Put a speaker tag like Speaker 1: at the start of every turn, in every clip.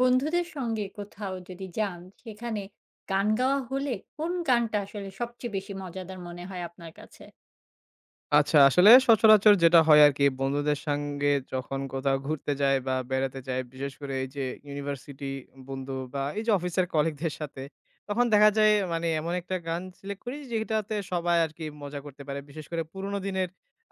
Speaker 1: বন্ধুদের সঙ্গে কোথাও যদি যান, সেখানে গান গাওয়া হলে কোন গানটা আসলে সবচেয়ে বেশি মজাদার মনে হয় আপনার কাছে?
Speaker 2: আচ্ছা, আসলে সচরাচর যেটা হয় আরকি বন্ধুদের সঙ্গে যখন কোথাও ঘুরতে যাই বা বেড়াতে যাই, বিশেষ করে এই যে ইউনিভার্সিটি বন্ধু বা এই যে অফিসের কলিগদের সাথে, তখন দেখা যায় মানে এমন একটা গান সিলেক্ট করি যেটাতে সবাই আরকি মজা করতে পারে। বিশেষ করে পুরোনো দিনের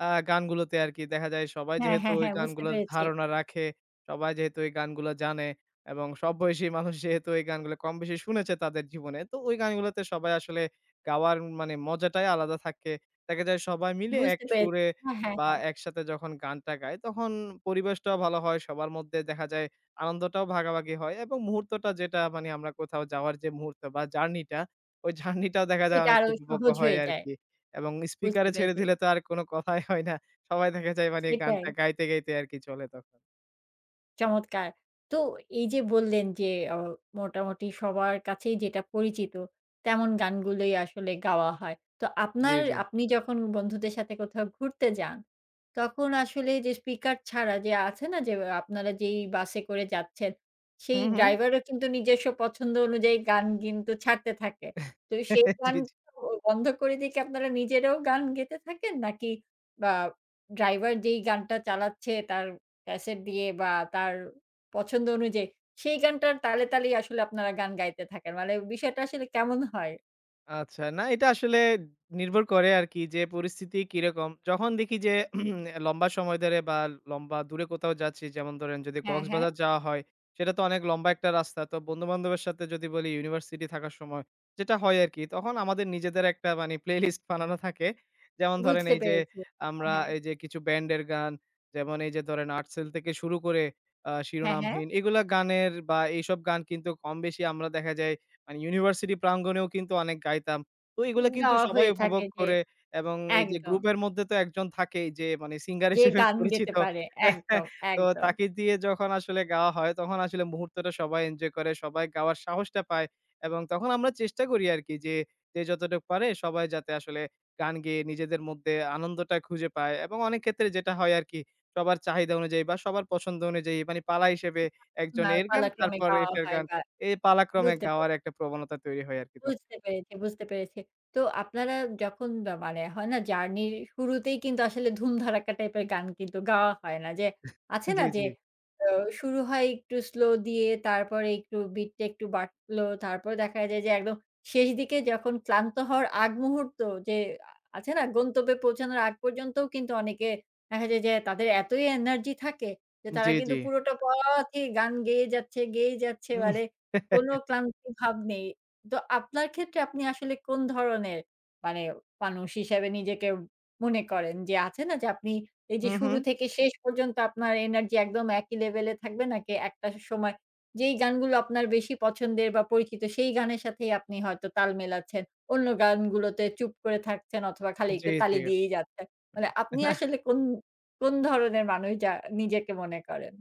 Speaker 2: গানগুলোতে আরকি দেখা যায় সবাই
Speaker 1: হ্যাঁ,
Speaker 2: যেহেতু
Speaker 1: হ্যাঁ,
Speaker 2: ওই
Speaker 1: হ্যাঁ, বুঝতে
Speaker 2: গানগুলোর
Speaker 1: পেরেছি,
Speaker 2: ধারণা রাখে, সবাই যেহেতু এই গানগুলো জানে এবং সব বয়সী মানুষ যেহেতু এই গানগুলো কম বেশি শুনেছে তাদের জীবনে, তো ওই গানগুলোতে সবাই আসলে গাওয়ার মানে মজাটাই আলাদা থাকে। দেখা যায় সবাই মিলে এক
Speaker 1: বুঝতে পেরেছি।
Speaker 2: সুরে
Speaker 1: হ্যাঁ, হ্যাঁ,
Speaker 2: বা
Speaker 1: হ্যাঁ,
Speaker 2: একসাথে যখন গানটা গায়, তখন পরিবেশটাও ভালো হয়। সবার মধ্যে দেখা যায় আনন্দটাও ভাগাভাগি হয় এবং মুহূর্তটা যেটা মানে আমরা কোথাও যাওয়ার যে মুহূর্ত বা জার্নিটা, ওই জার্নিটাও দেখা যায়
Speaker 1: সেটা আরো
Speaker 2: অনেকটা উপভোগ্য
Speaker 1: সহজ
Speaker 2: হয়
Speaker 1: হয়ে যায়।
Speaker 2: আরকি। এবং
Speaker 1: বুঝতে
Speaker 2: স্পিকারে ছেড়ে
Speaker 1: পেরেছি।
Speaker 2: দিলে তো আর কোনো কথাই হয় না। সবাই দেখা যায় মানে
Speaker 1: সেটাই।
Speaker 2: গানটা গাইতে, গাইতে আরকি চলে তখন।
Speaker 1: চমৎকার। তো এই যে বললেন যে অ মোটামুটি সবার কাছেই যেটা পরিচিত, তেমন গানগুলোই আসলে গাওয়া হয়। তো
Speaker 2: জি, জি।
Speaker 1: আপনি যখন বন্ধুদের সাথে কোথাও ঘুরতে যান, তখন আসলে যে স্পিকার ছাড়া যে আছে না যে আপনারা যেই বাসে করে যাচ্ছেন, সেই
Speaker 2: হুম, হুম।
Speaker 1: ড্রাইভারও কিন্তু নিজস্ব পছন্দ অনুযায়ী গান কিন্তু ছাড়তে থাকে। তো সেই গান
Speaker 2: জি, জি।
Speaker 1: বন্ধ করে দিয়ে কি আপনারা নিজেরাও গান গেতে থাকেন? নাকি বা ড্রাইভার যেই গানটা চালাচ্ছে তার ক্যাসেট দিয়ে বা তার পছন্দ অনুযায়ী সেই গানটার তালে, তালেই আসলে আপনারা গান গাইতে থাকেন। মানে বিষয়টা আসলে কেমন হয়?
Speaker 2: আচ্ছা, না, এটা আসলে নির্ভর করে আরকি যে পরিস্থিতি কিরকম। যখন দেখি যে লম্বা সময় ধরে বা লম্বা দূরে কোথাও যাচ্ছি, যেমন ধরেন যদি
Speaker 1: হ্যাঁ, হ্যাঁ,
Speaker 2: কক্সবাজার যাওয়া হয়, সেটা তো অনেক লম্বা একটা রাস্তা। তো বন্ধু-বান্ধবের সাথে যদি বলি ইউনিভার্সিটি থাকার সময় যেটা হয় আরকি, তখন আমাদের নিজেদের একটা মানে প্লেলিস্ট বানানো থাকে। যেমন ধরেন
Speaker 1: বুঝতে
Speaker 2: এই যে
Speaker 1: পেরেছি। হ্যাঁ,
Speaker 2: আমরা
Speaker 1: হ্যাঁ,
Speaker 2: এই যে কিছু ব্যান্ডের গান, যেমন এই যে ধরেন আর্টসেল থেকে শুরু করে
Speaker 1: হ্যাঁ, হ্যাঁ,
Speaker 2: শিরোনামহীন, এগুলা গানের বা এইসব গান কিন্তু কম বেশি আমরা দেখা যায় মানে ইউনিভার্সিটি প্রাঙ্গণেও কিন্তু অনেক গাইতাম। তো এগুলা কিন্তু
Speaker 1: গাওয়া
Speaker 2: সবাই
Speaker 1: হয়ে থাকে
Speaker 2: উপভোগ
Speaker 1: যে
Speaker 2: করে এবং এই যে
Speaker 1: একদম।
Speaker 2: গ্রুপের মধ্যে তো একজন থাকেই যে মানে সিঙ্গার
Speaker 1: যে
Speaker 2: হিসেবে
Speaker 1: গান গেতে
Speaker 2: পরিচিত।
Speaker 1: পারে একদম,
Speaker 2: তো
Speaker 1: একদম।
Speaker 2: তাকে দিয়ে যখন আসলে গাওয়া হয় তখন আসলে মুহূর্তটা সবাই এনজয় করে, সবাই গাওয়ার সাহসটা পায় এবং তখন আমরা চেষ্টা করি আরকি যে যতটুক পারে সবাই যাতে আসলে গান গেয়ে নিজেদের মধ্যে আনন্দটা খুঁজে পায় এবং অনেক ক্ষেত্রে যেটা হয় আরকি সবার চাহিদা অনুযায়ী বা সবার পছন্দ অনুযায়ী মানে পালা হিসেবে একজন
Speaker 1: না
Speaker 2: এর গান,
Speaker 1: পালাক্রমে
Speaker 2: তারপর
Speaker 1: গাওয়া
Speaker 2: এটার
Speaker 1: হয়
Speaker 2: গান।
Speaker 1: বা
Speaker 2: এই পালাক্রমে
Speaker 1: বুঝতে
Speaker 2: গাওয়ার
Speaker 1: পেরেছি।
Speaker 2: একটা প্রবণতা তৈরি হয় আরকি তো।
Speaker 1: বুঝতে পেরেছি, বুঝতে পেরেছি। তো আপনারা যখন বা মানে হয় না জার্নির শুরুতেই কিন্তু আসলে ধুমধারাক্কা টাইপের গান কিন্তু গাওয়া হয় না। যে আছে না
Speaker 2: জি,
Speaker 1: যে
Speaker 2: জি।
Speaker 1: অ শুরু হয় একটু স্লো দিয়ে তারপরে একটু বিটটা একটু বাড়লো। তারপর দেখা যায় যে একদম শেষ দিকে যখন ক্লান্ত হওয়ার আগ মুহূর্ত যে আছে না গন্তব্যে পৌঁছানোর আগ পর্যন্তও কিন্তু অনেকে দেখা যায় যে তাদের এতই এনার্জি থাকে যে তারা
Speaker 2: জি,
Speaker 1: কিন্তু
Speaker 2: জি।
Speaker 1: পুরোটা পথই গান গেয়ে যাচ্ছে, গেয়েই যাচ্ছে
Speaker 2: হুম।
Speaker 1: মানে কোনো ক্লান্তি ভাব নেই। তো আপনার ক্ষেত্রে আপনি আসলে কোন ধরনের মানে মানুষ হিসেবে নিজেকে মনে করেন? যে আছে না যে আপনি এই যে
Speaker 2: হু, হু।
Speaker 1: শুরু থেকে শেষ পর্যন্ত আপনার এনার্জি একদম একই লেভেলে থাকবে নাকি একটা সময় যেই গানগুলো আপনার বেশি পছন্দের বা পরিচিত সেই গানের সাথেই আপনি হয়তো তাল মেলাচ্ছেন। অন্য গানগুলোতে চুপ করে থাকছেন অথবা খালি
Speaker 2: জি,
Speaker 1: একটু
Speaker 2: জি।
Speaker 1: তালি দিয়েই যাচ্ছেন। মানে আপনি আসলে কোন, কোন ধরনের মানুষ যা নিজেকে মনে করেন?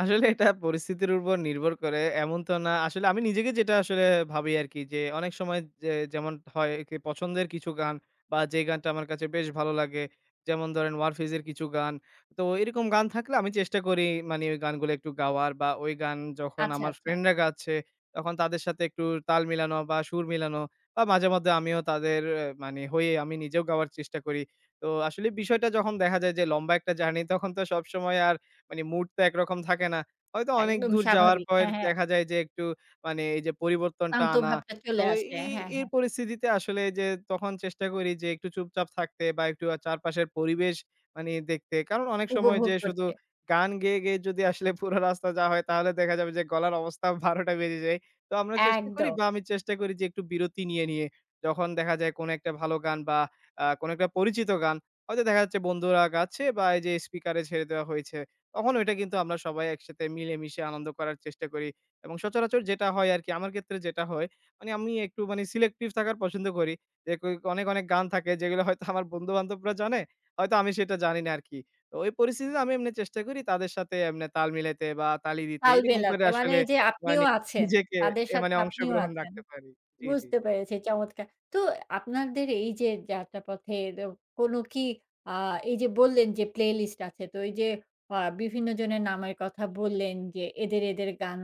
Speaker 2: আসলে এটা পরিস্থিতির উপর নির্ভর করে। এমন তো না। আসলে আমি নিজেকে যেটা আসলে ভাবি আরকি যে, অনেক সময় যে যেমন হয় কি, পছন্দের কিছু গান বা যে গানটা আমার কাছে বেশ ভালো লাগে। যেমন ধরেন ওয়ারফিজের কিছু গান। তো এরকম গান থাকলে আমি চেষ্টা করি মানে ওই গানগুলো একটু গাওয়ার বা ওই গান যখন
Speaker 1: আচ্ছা,
Speaker 2: আমার
Speaker 1: আচ্ছা।
Speaker 2: ফ্রেন্ডরা গাচ্ছে তখন তাদের সাথে একটু তাল মিলানো বা সুর মিলানো বা মাঝে মধ্যে আমিও তাদের মানে হয়ে আমি নিজেও গাওয়ার চেষ্টা করি। তো আসলে বিষয়টা যখন দেখা যায় যে লম্বা একটা জার্নি, তখন তো সবসময় আর মানে মুড তো একরকম থাকে না। হয়তো অনেক
Speaker 1: একদম
Speaker 2: দূর যাওয়ার
Speaker 1: স্বাভাবিক।
Speaker 2: পর
Speaker 1: হ্যাঁ, হ্যাঁ।
Speaker 2: দেখা যায় যে একটু মানে এই যে পরিবর্তনটা
Speaker 1: ক্লান্ত
Speaker 2: আনা।
Speaker 1: ভাবটা
Speaker 2: তো
Speaker 1: চলে আসে।
Speaker 2: এই,
Speaker 1: হ্যাঁ,
Speaker 2: এই
Speaker 1: হ্যাঁ।
Speaker 2: পরিস্থিতিতে আসলে যে তখন চেষ্টা করি যে একটু চুপচাপ থাকতে বা একটু চারপাশের পরিবেশ মানে দেখতে। কারণ অনেক সময়
Speaker 1: উপভোগ
Speaker 2: যে শুধু
Speaker 1: করতে।
Speaker 2: গান গেয়ে, গেয়ে যদি আসলে পুরো রাস্তা যাওয়া হয় তাহলে দেখা যাবে যে গলার অবস্থা ১২ টা বেজে যায়। তো আমরা চেষ্টা করি
Speaker 1: একদম।
Speaker 2: বা আমি চেষ্টা করি যে একটু বিরতি নিয়ে, নিয়ে যখন দেখা যায় কোনো একটা ভালো গান বা কোনো একটা পরিচিত গান হয়তো দেখা যাচ্ছে বন্ধুরা গাচ্ছে বা এই যে স্পিকারে ছেড়ে দেওয়া হয়েছে। তখন ওইটা কিন্তু আমরা সবাই একসাথে মিলেমিশে আনন্দ করার চেষ্টা করি এবং সচরাচর যেটা হয় আরকি আমার ক্ষেত্রে যেটা হয়, মানে আমি একটু মানে সিলেক্টিভ থাকার পছন্দ করি। যে ক অনেক, অনেক গান থাকে যেগুলো হয়তো আমার বন্ধু-বান্ধবরা জানে, হয়তো আমি সেটা জানি না আরকি। তো ওই পরিস্থিতিতে আমি এমনি চেষ্টা করি তাদের সাথে এমনি তাল মিলাইতে বা তালি দিতে,
Speaker 1: তাল
Speaker 2: এরকম করে
Speaker 1: মেলাতে। মানে
Speaker 2: আসলে
Speaker 1: যে আপনিও
Speaker 2: মানে
Speaker 1: আছেন।
Speaker 2: নিজেকে
Speaker 1: তাদের সাথে
Speaker 2: মানে
Speaker 1: আপনিও
Speaker 2: অংশগ্রহণ
Speaker 1: আছেন।
Speaker 2: রাখতে পারি। জি, জি।
Speaker 1: বুঝতে পেরেছি। চমৎকার। তো আপনাদের এই যে যাত্রাপথে কোনো কি আ এই যে বললেন যে প্লে লিস্ট আছে। তো এই যে বিভিন্ন জনের নামের কথা বললেন যে এদের গান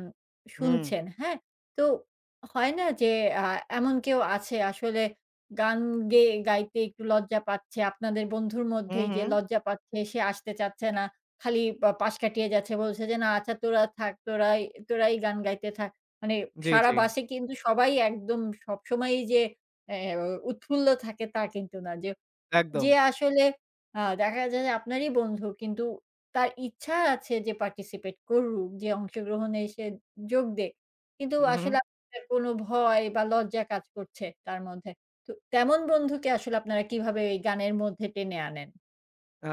Speaker 2: হুম,
Speaker 1: শুনছেন, হ্যাঁ? তো হয় না যে আ এমন কেউ আছে আসলে গান গাইতে একটু লজ্জা পাচ্ছে। আপনাদের বন্ধুর
Speaker 2: হুম,
Speaker 1: মধ্যেই যে
Speaker 2: হুম।
Speaker 1: লজ্জা পাচ্ছে, সে আসতে চাচ্ছে না। খালি পাশ কাটিয়ে যাচ্ছে। বলছে যে, "না আচ্ছা তোরা থাক, তোরাই তোরাই গান গাইতে থাক।" মানে
Speaker 2: জি,
Speaker 1: সারা
Speaker 2: জি।
Speaker 1: বাসে কিন্তু সবাই একদম সবসময়ই যে অ্যা উৎফুল্ল থাকে তা কিন্তু না। যে যে
Speaker 2: একদম।
Speaker 1: আসলে দেখা যায় যে আপনারই বন্ধু কিন্তু তার ইচ্ছা আছে যে পার্টিসিপেট করুক, যে অংশগ্রহণে সে যোগ দেক। কিন্তু
Speaker 2: হু, হু।
Speaker 1: আসলে আপনার কোনো ভয় বা লজ্জা কাজ করছে তার মধ্যে। তো তেমন বন্ধুকে আসলে আপনারা কিভাবে এই গানের মধ্যে টেনে আনেন?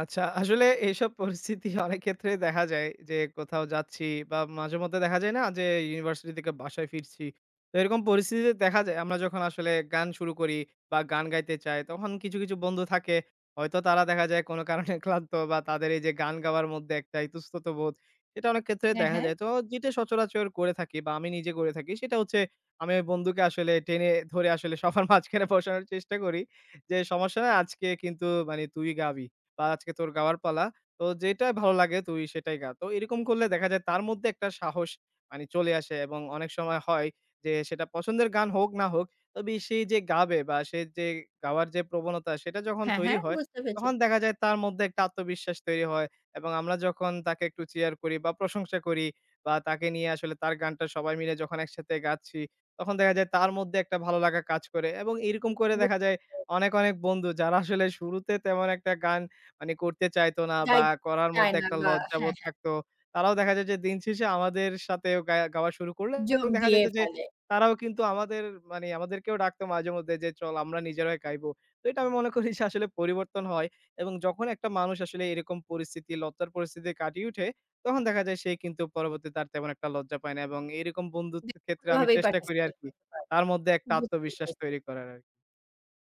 Speaker 2: আচ্ছা, আসলে এইসব পরিস্থিতি অনেক ক্ষেত্রেই দেখা যায়, যে কোথাও যাচ্ছি বা মাঝেমধ্যে দেখা যায় না যে ইউনিভার্সিটি থেকে বাসায় ফিরছি। তো এরকম পরিস্থিতিতে দেখা যায় আমরা যখন আসলে গান শুরু করি বা গান গাইতে চাই তখন কিছু, কিছু বন্ধু থাকে হয়তো তারা দেখা যায় কোনো কারণে ক্লান্ত বা তাদের এই যে গান গাওয়ার মধ্যে একটা ইতস্তত বোধ, এটা অনেক ক্ষেত্রে
Speaker 1: হ্যাঁ,
Speaker 2: দেখা
Speaker 1: হ্যাঁ।
Speaker 2: যায়। তো যেটা সচরাচর করে থাকি বা আমি নিজে করে থাকি সেটা হচ্ছে, আমি ওই বন্ধুকে আসলে টেনে ধরে আসলে সবার মাঝখানে বসানোর চেষ্টা করি যে, "সমস্যা নাই, আজকে কিন্তু মানে তুই গাবি।" বা আজকে তোর গাওয়ার পালা। তো যেটাই ভালো লাগে তুই সেটাই গা। তো এরকম করলে দেখা যায় তার মধ্যে একটা সাহস মানে চলে আসে এবং অনেক সময় হয় যে সেটা পছন্দের গান হোক না হোক, তবে সে যে গাবে বা সে যে গাওয়ার যে প্রবণতা সেটা যখন
Speaker 1: হ্যাঁ,
Speaker 2: তৈরি
Speaker 1: হ্যাঁ
Speaker 2: হয়,
Speaker 1: বুঝতে পেরেছি।
Speaker 2: তখন দেখা যায় তার মধ্যে একটা আত্মবিশ্বাস তৈরি হয় এবং আমরা যখন তাকে একটু চিয়ার করি বা প্রশংসা করি বা তাকে নিয়ে আসলে তার গানটা সবাই মিলে যখন একসাথে গাচ্ছি, তখন দেখা যায় তার মধ্যে একটা ভালো লাগা কাজ করে এবং এরকম করে
Speaker 1: বু
Speaker 2: দেখা যায় অনেক, অনেক বন্ধু যারা আসলে শুরুতে তেমন একটা গান মানে করতে চাইতো না বা
Speaker 1: গাইতে
Speaker 2: করার
Speaker 1: চায়
Speaker 2: মধ্যে
Speaker 1: না
Speaker 2: একটা
Speaker 1: বা হ্যাঁ,
Speaker 2: লজ্জাবোধ
Speaker 1: হ্যাঁ
Speaker 2: থাকতো। তারাও দেখা যায় যে দিন শেষে আমাদের সাথেও গাওয়া শুরু করলে
Speaker 1: যোগ
Speaker 2: এবং দেখা
Speaker 1: দিয়ে
Speaker 2: যেত যে
Speaker 1: ফেলে।
Speaker 2: তারাও কিন্তু আমাদের মানে আমাদেরকেও ডাকতো মাঝেমধ্যে যে, "চল আমরা নিজেরাই গাইবো।" তো এটা আমি মনে করি যে আসলে পরিবর্তন হয় এবং যখন একটা মানুষ আসলে এরকম পরিস্থিতি, লজ্জার পরিস্থিতি কাটিয়ে উঠে, তখন দেখা যায় সে কিন্তু পরবর্তীতে আর তেমন একটা লজ্জা পায় না এবং এরকম
Speaker 1: যে
Speaker 2: বন্ধুত্বের ক্ষেত্রে আমি
Speaker 1: কোনোভাবেই
Speaker 2: চেষ্টা করি
Speaker 1: পার্টিসিপেট
Speaker 2: আরকি
Speaker 1: করতে পারে।
Speaker 2: তার মধ্যে একটা
Speaker 1: বুঝতে
Speaker 2: আত্মবিশ্বাস
Speaker 1: পেরেছি।
Speaker 2: তৈরি করার আরকি।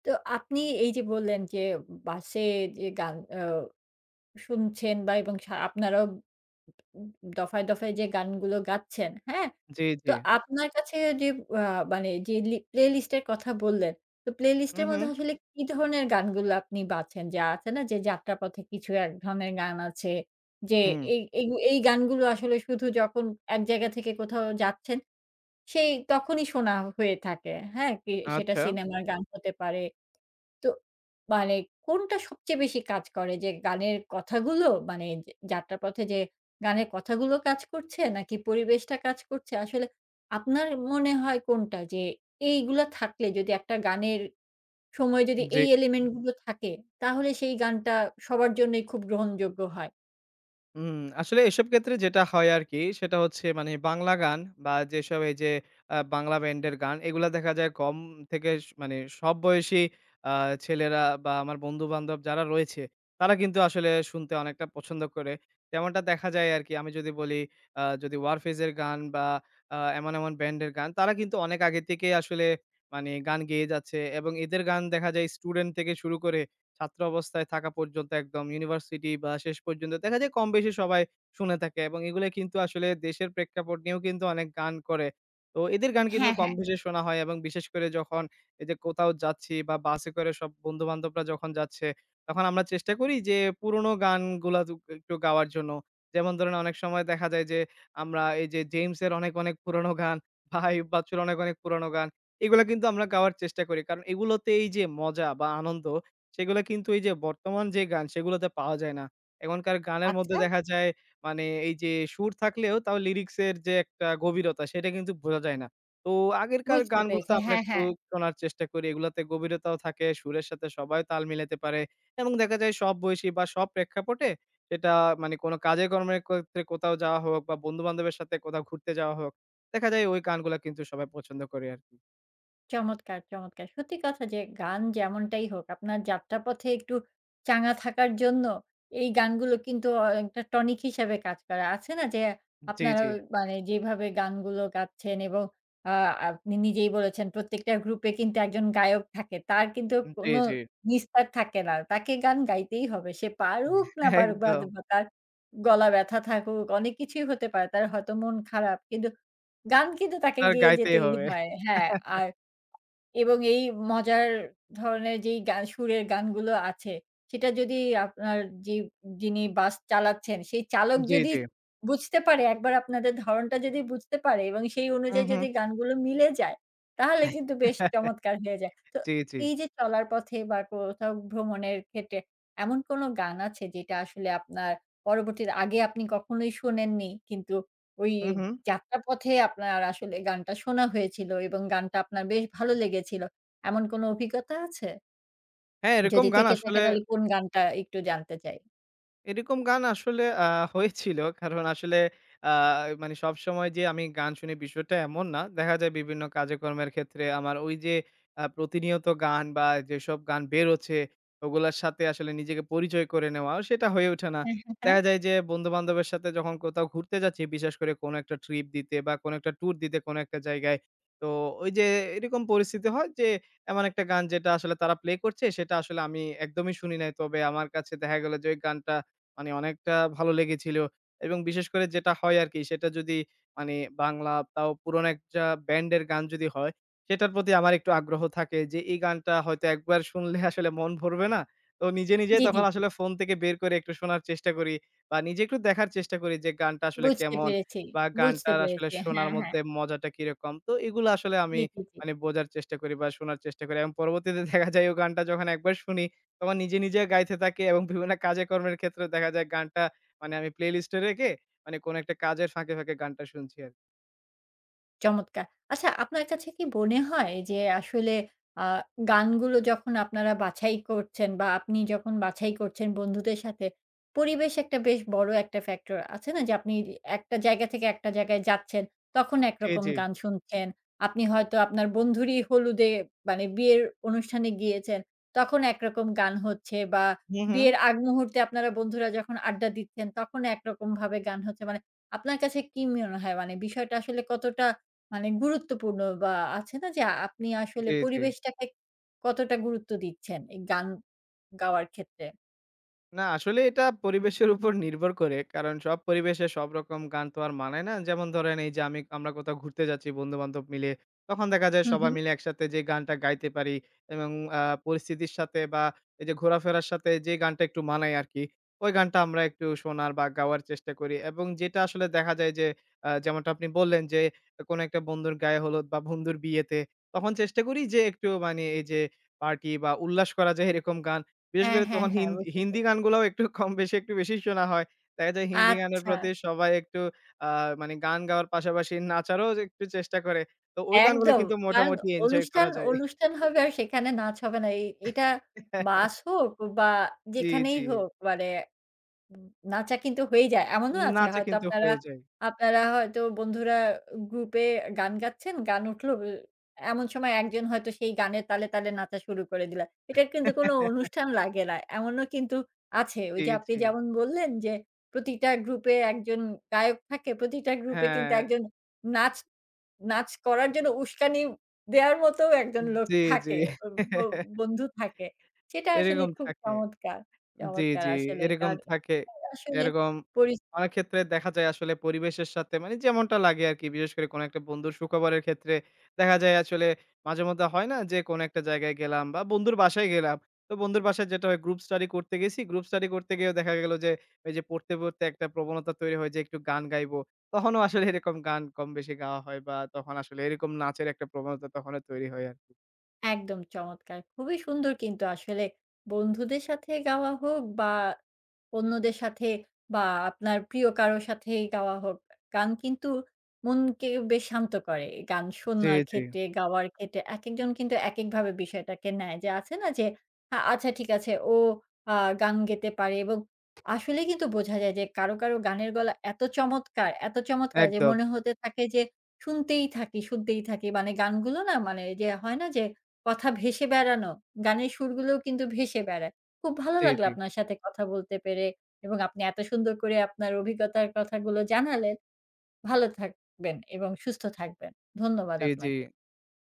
Speaker 1: তো আপনি এই যে বললেন যে বাসে যে গান শুনছেন বা এবং আপনারাও উম দফায়, দফায় যে গানগুলো গাচ্ছেন, হ্যাঁ?
Speaker 2: জি,
Speaker 1: তো
Speaker 2: জি।
Speaker 1: আপনার কাছে যে আ মানে যে প্লে লিস্ট এর কথা বললেন, তো প্লে লিস্ট
Speaker 2: হু,
Speaker 1: এর
Speaker 2: হু।
Speaker 1: মধ্যে আসলে কি ধরনের গানগুলো আপনি বাছেন? যে আছে না যে যাত্রাপথে কিছু এক ধরনের গান আছে যে
Speaker 2: হুম।
Speaker 1: এই এই এই গানগুলো আসলে শুধু যখন এক জায়গা থেকে কোথাও যাচ্ছেন সেই তখনই শোনা হয়ে থাকে। হ্যাঁ? কি সেটা
Speaker 2: আচ্ছা।
Speaker 1: সিনেমার গান হতে পারে। তো মানে কোনটা সবচেয়ে বেশি কাজ করে যে গানের কথাগুলো মানে যে যাত্রাপথে যে গানের কথাগুলো কাজ করছে নাকি পরিবেশটা কাজ করছে? আসলে আপনার মনে হয় কোনটা যে এইগুলা থাকলে যদি একটা গানের সময় যদি
Speaker 2: জি।
Speaker 1: এই এলিমেন্ট গুলো থাকে তাহলে সেই গানটা সবার জন্যই খুব গ্রহণযোগ্য হয়?
Speaker 2: হুম, আসলে এসব ক্ষেত্রে যেটা হয় আরকি, সেটা হচ্ছে মানে বাংলা গান বা যেসব এই যে বাংলা ব্যান্ডের গান, এগুলা দেখা যায় কম থেকে মানে সব বয়সী আ ছেলেরা বা আমার বন্ধু-বান্ধব যারা রয়েছে, তারা কিন্তু আসলে শুনতে অনেকটা পছন্দ করে। তেমনটা দেখা যায় আরকি। আমি যদি বলি যদি ওয়ারফেজের গান বা এমন, এমন ব্যান্ডের গান, তারা কিন্তু অনেক আগে থেকেই আসলে মানে গান গেয়ে যাচ্ছে এবং এদের গান দেখা যায় স্টুডেন্ট থেকে শুরু করে ছাত্র অবস্থায় থাকা পর্যন্ত একদম ইউনিভার্সিটি বা শেষ পর্যন্ত দেখা যায় কম বেশি সবাই শুনে থাকে এবং এগুলো কিন্তু আসলে দেশের প্রেক্ষাপট নিয়েও কিন্তু অনেক গান করে। তো এদের গান কিন্তু
Speaker 1: হ্যাঁ,
Speaker 2: কম
Speaker 1: হ্যাঁ।
Speaker 2: বেশি শোনা হয় এবং বিশেষ করে যখন এই যে কোথাও যাচ্ছি বা বাসে করে সব বন্ধু-বান্ধবরা যখন যাচ্ছে, তখন আমরা চেষ্টা করি যে পুরোনো গানগুলা দু একটু গাওয়ার জন্য। যেমন ধরেন অনেক সময় দেখা যায় যে আমরা এই যে জেমস এর অনেক, অনেক পুরোনো গান বা আইয়ুব বাচ্চুর অনেক, অনেক পুরোনো গান। এগুলা কিন্তু আমরা গাওয়ার চেষ্টা করি। কারণ এগুলোতে এই যে মজা বা আনন্দ, সেগুলা কিন্তু এই যে বর্তমান যে গান সেগুলাতে পাওয়া যায় না। এখনকার গানের মধ্যে
Speaker 1: আচ্ছা,
Speaker 2: দেখা যায় মানে এই যে সুর থাকলেও তাও লিরিক্সের যে একটা গভীরতা সেটা কিন্তু বোঝা যায় না। তো আগেরকার
Speaker 1: বুঝতে পেরেছি।
Speaker 2: গানগুলোতে আমরা
Speaker 1: হ্যাঁ,
Speaker 2: একটু
Speaker 1: হ্যাঁ।
Speaker 2: শোনার চেষ্টা করি। এগুলাতে গভীরতাও থাকে, সুরের সাথে সবাই তাল মিলাতে পারে এবং দেখা যায় সব বয়সী বা সব প্রেক্ষাপটে সেটা মানে কোনো কাজে কর্মের ক্ষেত্রে কোথাও যাওয়া হোক বা বন্ধু-বান্ধবের সাথে কোথাও ঘুরতে যাওয়া হোক, দেখা যায় ওই গানগুলা কিন্তু সবাই পছন্দ করে আরকি।
Speaker 1: চমৎকার, চমৎকার। সত্যি কথা যে গান যেমনটাই হোক আপনার যাত্রাপথে একটু চাঙ্গা থাকার জন্য এই গানগুলো কিন্তু একটা টনিক হিসাবে কাজ করে। আছে না যে
Speaker 2: জি,
Speaker 1: আপনারা
Speaker 2: জি।
Speaker 1: মানে যেভাবে গানগুলো গাচ্ছেন এবং আ আপনি নিজেই বলেছেন প্রত্যেকটা গ্রুপে কিন্তু একজন গায়ক থাকে। তার কিন্তু
Speaker 2: জি,
Speaker 1: কোনো
Speaker 2: জি।
Speaker 1: নিস্তার থাকে না। তাকে গান গাইতেই হবে। সে পারুক না পারুক বা
Speaker 2: একদম।
Speaker 1: বা তার গলা ব্যথা থাকুক, অনেক কিছুই হতে পারে। তার হয়তো মন খারাপ। কিন্তু গান কিন্তু তাকে
Speaker 2: আপনার
Speaker 1: গেয়ে
Speaker 2: গাইতেই
Speaker 1: যেতেই
Speaker 2: হবে।
Speaker 1: হয়। হ্যাঁ, আর এবং এই মজার ধরনের যেই গান সুরের গানগুলো আছে, সেটা যদি আপনার যে যিনি বাস চালাচ্ছেন, সেই চালক
Speaker 2: জি,
Speaker 1: যদি
Speaker 2: জি।
Speaker 1: বুঝতে পারে, একবার আপনাদের ধরনটা যদি বুঝতে পারে এবং সেই
Speaker 2: হু,
Speaker 1: অনুযায়ী
Speaker 2: হু।
Speaker 1: যদি গানগুলো মিলে যায়, তাহলে কিন্তু বেশ চমৎকার হয়ে যায়। তো
Speaker 2: জি, জি।
Speaker 1: এই যে চলার পথে বা কোথাও ভ্রমণের ক্ষেত্রে এমন কোন গান আছে যেটা আসলে আপনার পরবর্তীতে আগে আপনি কখনোই শোনেননি কিন্তু ওই
Speaker 2: হু, হু।
Speaker 1: যাত্রার পথে আপনার আসলে গানটা শোনা হয়েছিল এবং গানটা আপনার বেশ ভালো লেগেছিল। এমন কোনো অভিজ্ঞতা আছে?
Speaker 2: হ্যাঁ,
Speaker 1: যদি থেকে থাকে তাহলে কোন গানটা একটু জানতে চাই।
Speaker 2: এরকম গান আসলে হয়েছিল। কারণ আসলে আ মানে সবসময় যে আমি গান শুনি বিষয়টা এমন না। দেখা যায় বিভিন্ন কাজে-কর্মের ক্ষেত্রে আমার ওই যে প্রতিনিয়ত গান বা যেসব গান বেরোচ্ছে ওগুলার সাথে আসলে নিজেকে পরিচয় করে নেওয়া সেটা হয়ে ওঠে না।
Speaker 1: হ্যাঁ, হ্যাঁ, হ্যাঁ।
Speaker 2: দেখা যায় যে বন্ধু-বান্ধবের সাথে যখন কোথাও ঘুরতে যাচ্ছি, বিশেষ করে কোনো একটা ট্রিপ দিতে বা কোনো একটা ট্যুর দিতে কোনো একটা জায়গায়। তো ওই যে এরকম পরিস্থিতি হয় যে এমন একটা গান যেটা আসলে তারা প্লে করছে সেটা আসলে আমি একদমই শুনি নাই। তবে আমার কাছে দেখা গেল যে ওই গানটা মানে অনেকটা ভালো লেগেছিল এবং বিশেষ করে যেটা হয় আরকি সেটা যদি মানে বাংলা, তাও পুরনো একটা ব্যান্ডের গান যদি হয়, সেটার প্রতি আমার একটু আগ্রহ থাকে যে এই গানটা হয়তো একবার শুনলে আসলে মন ভরবে না। তো নিজে, নিজেই
Speaker 1: জি, জি,
Speaker 2: তখন
Speaker 1: জি।
Speaker 2: আসলে ফোন থেকে বের করে একটু শোনার চেষ্টা করি বা নিজে একটু দেখার চেষ্টা করি যে গানটা আসলে
Speaker 1: বুঝতে
Speaker 2: কেমন
Speaker 1: পেরেছি,
Speaker 2: বা
Speaker 1: বুঝতে
Speaker 2: গানটার আসলে
Speaker 1: পেরেছি।
Speaker 2: শোনার
Speaker 1: হ্যাঁ, হ্যাঁ।
Speaker 2: মধ্যে মজাটা কিরকম। তো এগুলো আসলে আমি
Speaker 1: জি, জি, জি।
Speaker 2: মানে বোঝার চেষ্টা করি বা শোনার চেষ্টা করি এবং পরবর্তীতে দেখা যায় ও গানটা যখন একবার শুনি তখন নিজে, নিজে গাইতে থাকি এবং বিভিন্ন কাজে কর্মের ক্ষেত্রে দেখা যায় গানটা মানে আমি প্লেলিস্টে রেখে মানে কোনো একটা কাজের ফাঁকে, ফাঁকে গানটা শুনছি আরকি।
Speaker 1: চমৎকার। আচ্ছা আপনার কাছে কি মনে হয় যে আসলে আ গানগুলো যখন আপনারা বাছাই করছেন বা আপনি যখন বাছাই করছেন বন্ধুদের সাথে, পরিবেশ একটা বেশ বড় একটা ফ্যাক্টর আছে না? যে আপনি একটা জায়গা থেকে একটা জায়গায় যাচ্ছেন, তখন
Speaker 2: জি,
Speaker 1: একরকম
Speaker 2: জি।
Speaker 1: গান শুনছেন। আপনি হয়তো আপনার বন্ধুরই হলুদে মানে বিয়ের অনুষ্ঠানে গিয়েছেন, তখন একরকম গান হচ্ছে বা
Speaker 2: হু, হু।
Speaker 1: বিয়ের আগ মুহূর্তে আপনারা বন্ধুরা যখন আড্ডা দিচ্ছেন, তখন একরকমভাবে গান হচ্ছে। মানে আপনার কাছে কি মনে হয়? মানে বিষয়টা আসলে কতটা মানে গুরুত্বপূর্ণ বা আছে না যে আপনি আসলে
Speaker 2: জি, জি।
Speaker 1: পরিবেশটাকে কতটা গুরুত্ব দিচ্ছেন এই গান গাওয়ার ক্ষেত্রে?
Speaker 2: না, আসলে এটা পরিবেশের উপর নির্ভর করে। কারণ সব পরিবেশে সব রকম গান তো আর মানায় না। যেমন ধরেন এই যে আমরা কোথাও ঘুরতে যাচ্ছি বন্ধু-বান্ধব মিলে। তখন দেখা যায়
Speaker 1: হুম,
Speaker 2: সবাই
Speaker 1: হুম।
Speaker 2: মিলে একসাথে যে গানটা গাইতে পারি এবং পরিস্থিতির সাথে বা এই যে ঘোরাফেরার সাথে যে গানটা একটু মানায় আরকি, ওই গানটা আমরা একটু শোনার বা গাওয়ার চেষ্টা করি। এবং যেটা আসলে দেখা যায় যে যেমনটা আপনি বললেন যে কোনো একটা বন্ধুর গায়ে হলুদ বা বন্ধুর বিয়েতে তখন চেষ্টা করি যে একটু মানে এই যে পার্টি বা উল্লাস করা যায় এরকম গান, বিশেষ
Speaker 1: হ্যাঁ,
Speaker 2: করে
Speaker 1: হ্যাঁ,
Speaker 2: তখন
Speaker 1: হ্যাঁ বুঝতে
Speaker 2: হিন্দি
Speaker 1: পেরেছি।
Speaker 2: গানগুলাও একটু কম বেশি একটু বেশি শোনা হয়। দেখা যায় হিন্দি গানের
Speaker 1: আচ্ছা,
Speaker 2: প্রতি সবাই একটু আ মানে গান গাওয়ার পাশাপাশি নাচারও যে একটু চেষ্টা করে। তো ওই গানগুলো
Speaker 1: একদম।
Speaker 2: কিন্তু
Speaker 1: কারণ
Speaker 2: মোটামুটি এনজয়
Speaker 1: অনুষ্ঠান,
Speaker 2: করা যায়।
Speaker 1: অনুষ্ঠান হবে আর সেখানে নাচ হবে না। এটা বাস হোক বা
Speaker 2: জি,
Speaker 1: যেখানেই
Speaker 2: জি।
Speaker 1: হোক মানে উম নাচা কিন্তু হয়েই যায়। এমনও আছে
Speaker 2: নাচা
Speaker 1: হয়তো
Speaker 2: কিন্তু
Speaker 1: আপনারা
Speaker 2: হয়ে যায়।
Speaker 1: আপনারা হয়তো বন্ধুরা গ্রুপে গান গাচ্ছেন, গান উঠলো এমন সময় একজন হয়তো সেই গানের তালে, তালে নাচা শুরু করে দিলা। এটার কিন্তু কোনো অনুষ্ঠান লাগে না। এমনও কিন্তু আছে। ওই
Speaker 2: জি,
Speaker 1: যে আপনি
Speaker 2: জি।
Speaker 1: যেমন বললেন যে, প্রতিটা গ্রুপে একজন গায়ক থাকে, প্রতিটা গ্রুপে কিন্তু
Speaker 2: হ্যাঁ,
Speaker 1: একজন নাচ নাচ করার জন্য উস্কানি দেয়ার মতোও একজন লোক
Speaker 2: জি, জি।
Speaker 1: থাকে। ব ব বন্ধু থাকে। সেটা আসলে
Speaker 2: এরকম
Speaker 1: খুব
Speaker 2: থাকে।
Speaker 1: চমৎকার,
Speaker 2: জি,
Speaker 1: চমৎকার
Speaker 2: জি।
Speaker 1: আসলে।
Speaker 2: এরকম থাকে।
Speaker 1: আসলে
Speaker 2: এরকম
Speaker 1: পরি
Speaker 2: অনেক ক্ষেত্রে দেখা যায় আসলে পরিবেশের সাথে মানে যেমনটা লাগে আরকি। বিশেষ করে কোনো একটা বন্ধুর সুখবরের ক্ষেত্রে দেখা যায় আসলে মাঝেমধ্যে হয় না যে কোনো একটা জায়গায় গেলাম বা বন্ধুর বাসায় গেলাম। তো বন্ধুর বাসায় যেটা হয়, গ্রুপ স্টাডি করতে গেছি। গ্রুপ স্টাডি করতে গিয়েও দেখা গেল যে ওই যে পড়তে, পড়তে একটা প্রবণতা তৈরি হয় যে একটু গান গাইবো। তখনও আসলে এরকম গান কম বেশি গাওয়া হয় বা তখন আসলে এরকম নাচের একটা প্রবণতা তখনও তৈরি হয় আরকি।
Speaker 1: একদম চমৎকার। খুবই সুন্দর কিন্তু আসলে বন্ধুদের সাথে গাওয়া হোক বা অন্যদের সাথে বা আপনার প্রিয় কারো সাথেই গাওয়া হোক, গান কিন্তু মনকে বেশ শান্ত করে। গান
Speaker 2: জি,
Speaker 1: শোনার
Speaker 2: জি।
Speaker 1: ক্ষেত্রে, গাওয়ার ক্ষেত্রে একেকজন কিন্তু একেকভাবে বিষয়টাকে নেয়। যে আছে না যে আচ্ছা ঠিক আছে আ গান গেতে পারে এবং আসলে কিন্তু বোঝা যায় যে কারো, কারো গানের গলা এত চমৎকার, এত চমৎকার যে
Speaker 2: একদম।
Speaker 1: মনে হতে থাকে যে শুনতেই থাকি, শুনতেই থাকি। মানে গানগুলো না মানে যে হয় না যে কথা ভেসে বেড়ানো, গানের সুরগুলোও কিন্তু ভেসে বেড়ায়। খুব ভালো
Speaker 2: জি,
Speaker 1: লাগলো
Speaker 2: জি।
Speaker 1: আপনার সাথে কথা বলতে পেরে এবং আপনি এত সুন্দর করে আপনার অভিজ্ঞতার কথাগুলো জানালেন। ভালো থাকবেন এবং সুস্থ থাকবেন। ধন্যবাদ
Speaker 2: জি, জি।
Speaker 1: আপনাকে।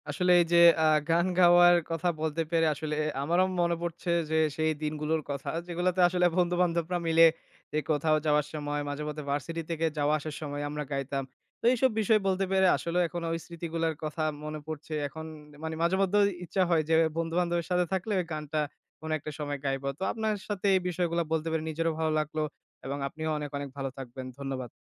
Speaker 2: আসলে এই যে গান গাওয়ার কথা বলতে পেরে আসলে আমারও মনে পড়ছে যে সেই দিনগুলোর কথা যেগুলোতে আসলে বন্ধু-বান্ধবরা মিলে যে কোথাও যাওয়ার সময় মাঝেমধ্যে ভার্সিটি থেকে যাওয়া আসার সময় আমরা গাইতাম। তো এইসব বিষয় বলতে পেরে আসলেও এখন ওই স্মৃতিগুলার কথা মনে পড়ছে। এখন মানে মাঝেমধ্যেই ইচ্ছা হয় যে বন্ধু-বান্ধবের সাথে থাকলে ওই গানটা কোনো একটা সময় গাইবো। তো আপনার সাথে এই বিষয়গুলা বলতে পেরে নিজেরও ভালো লাগলো এবং আপনিও অনেক, অনেক ভালো থাকবেন। ধন্যবাদ।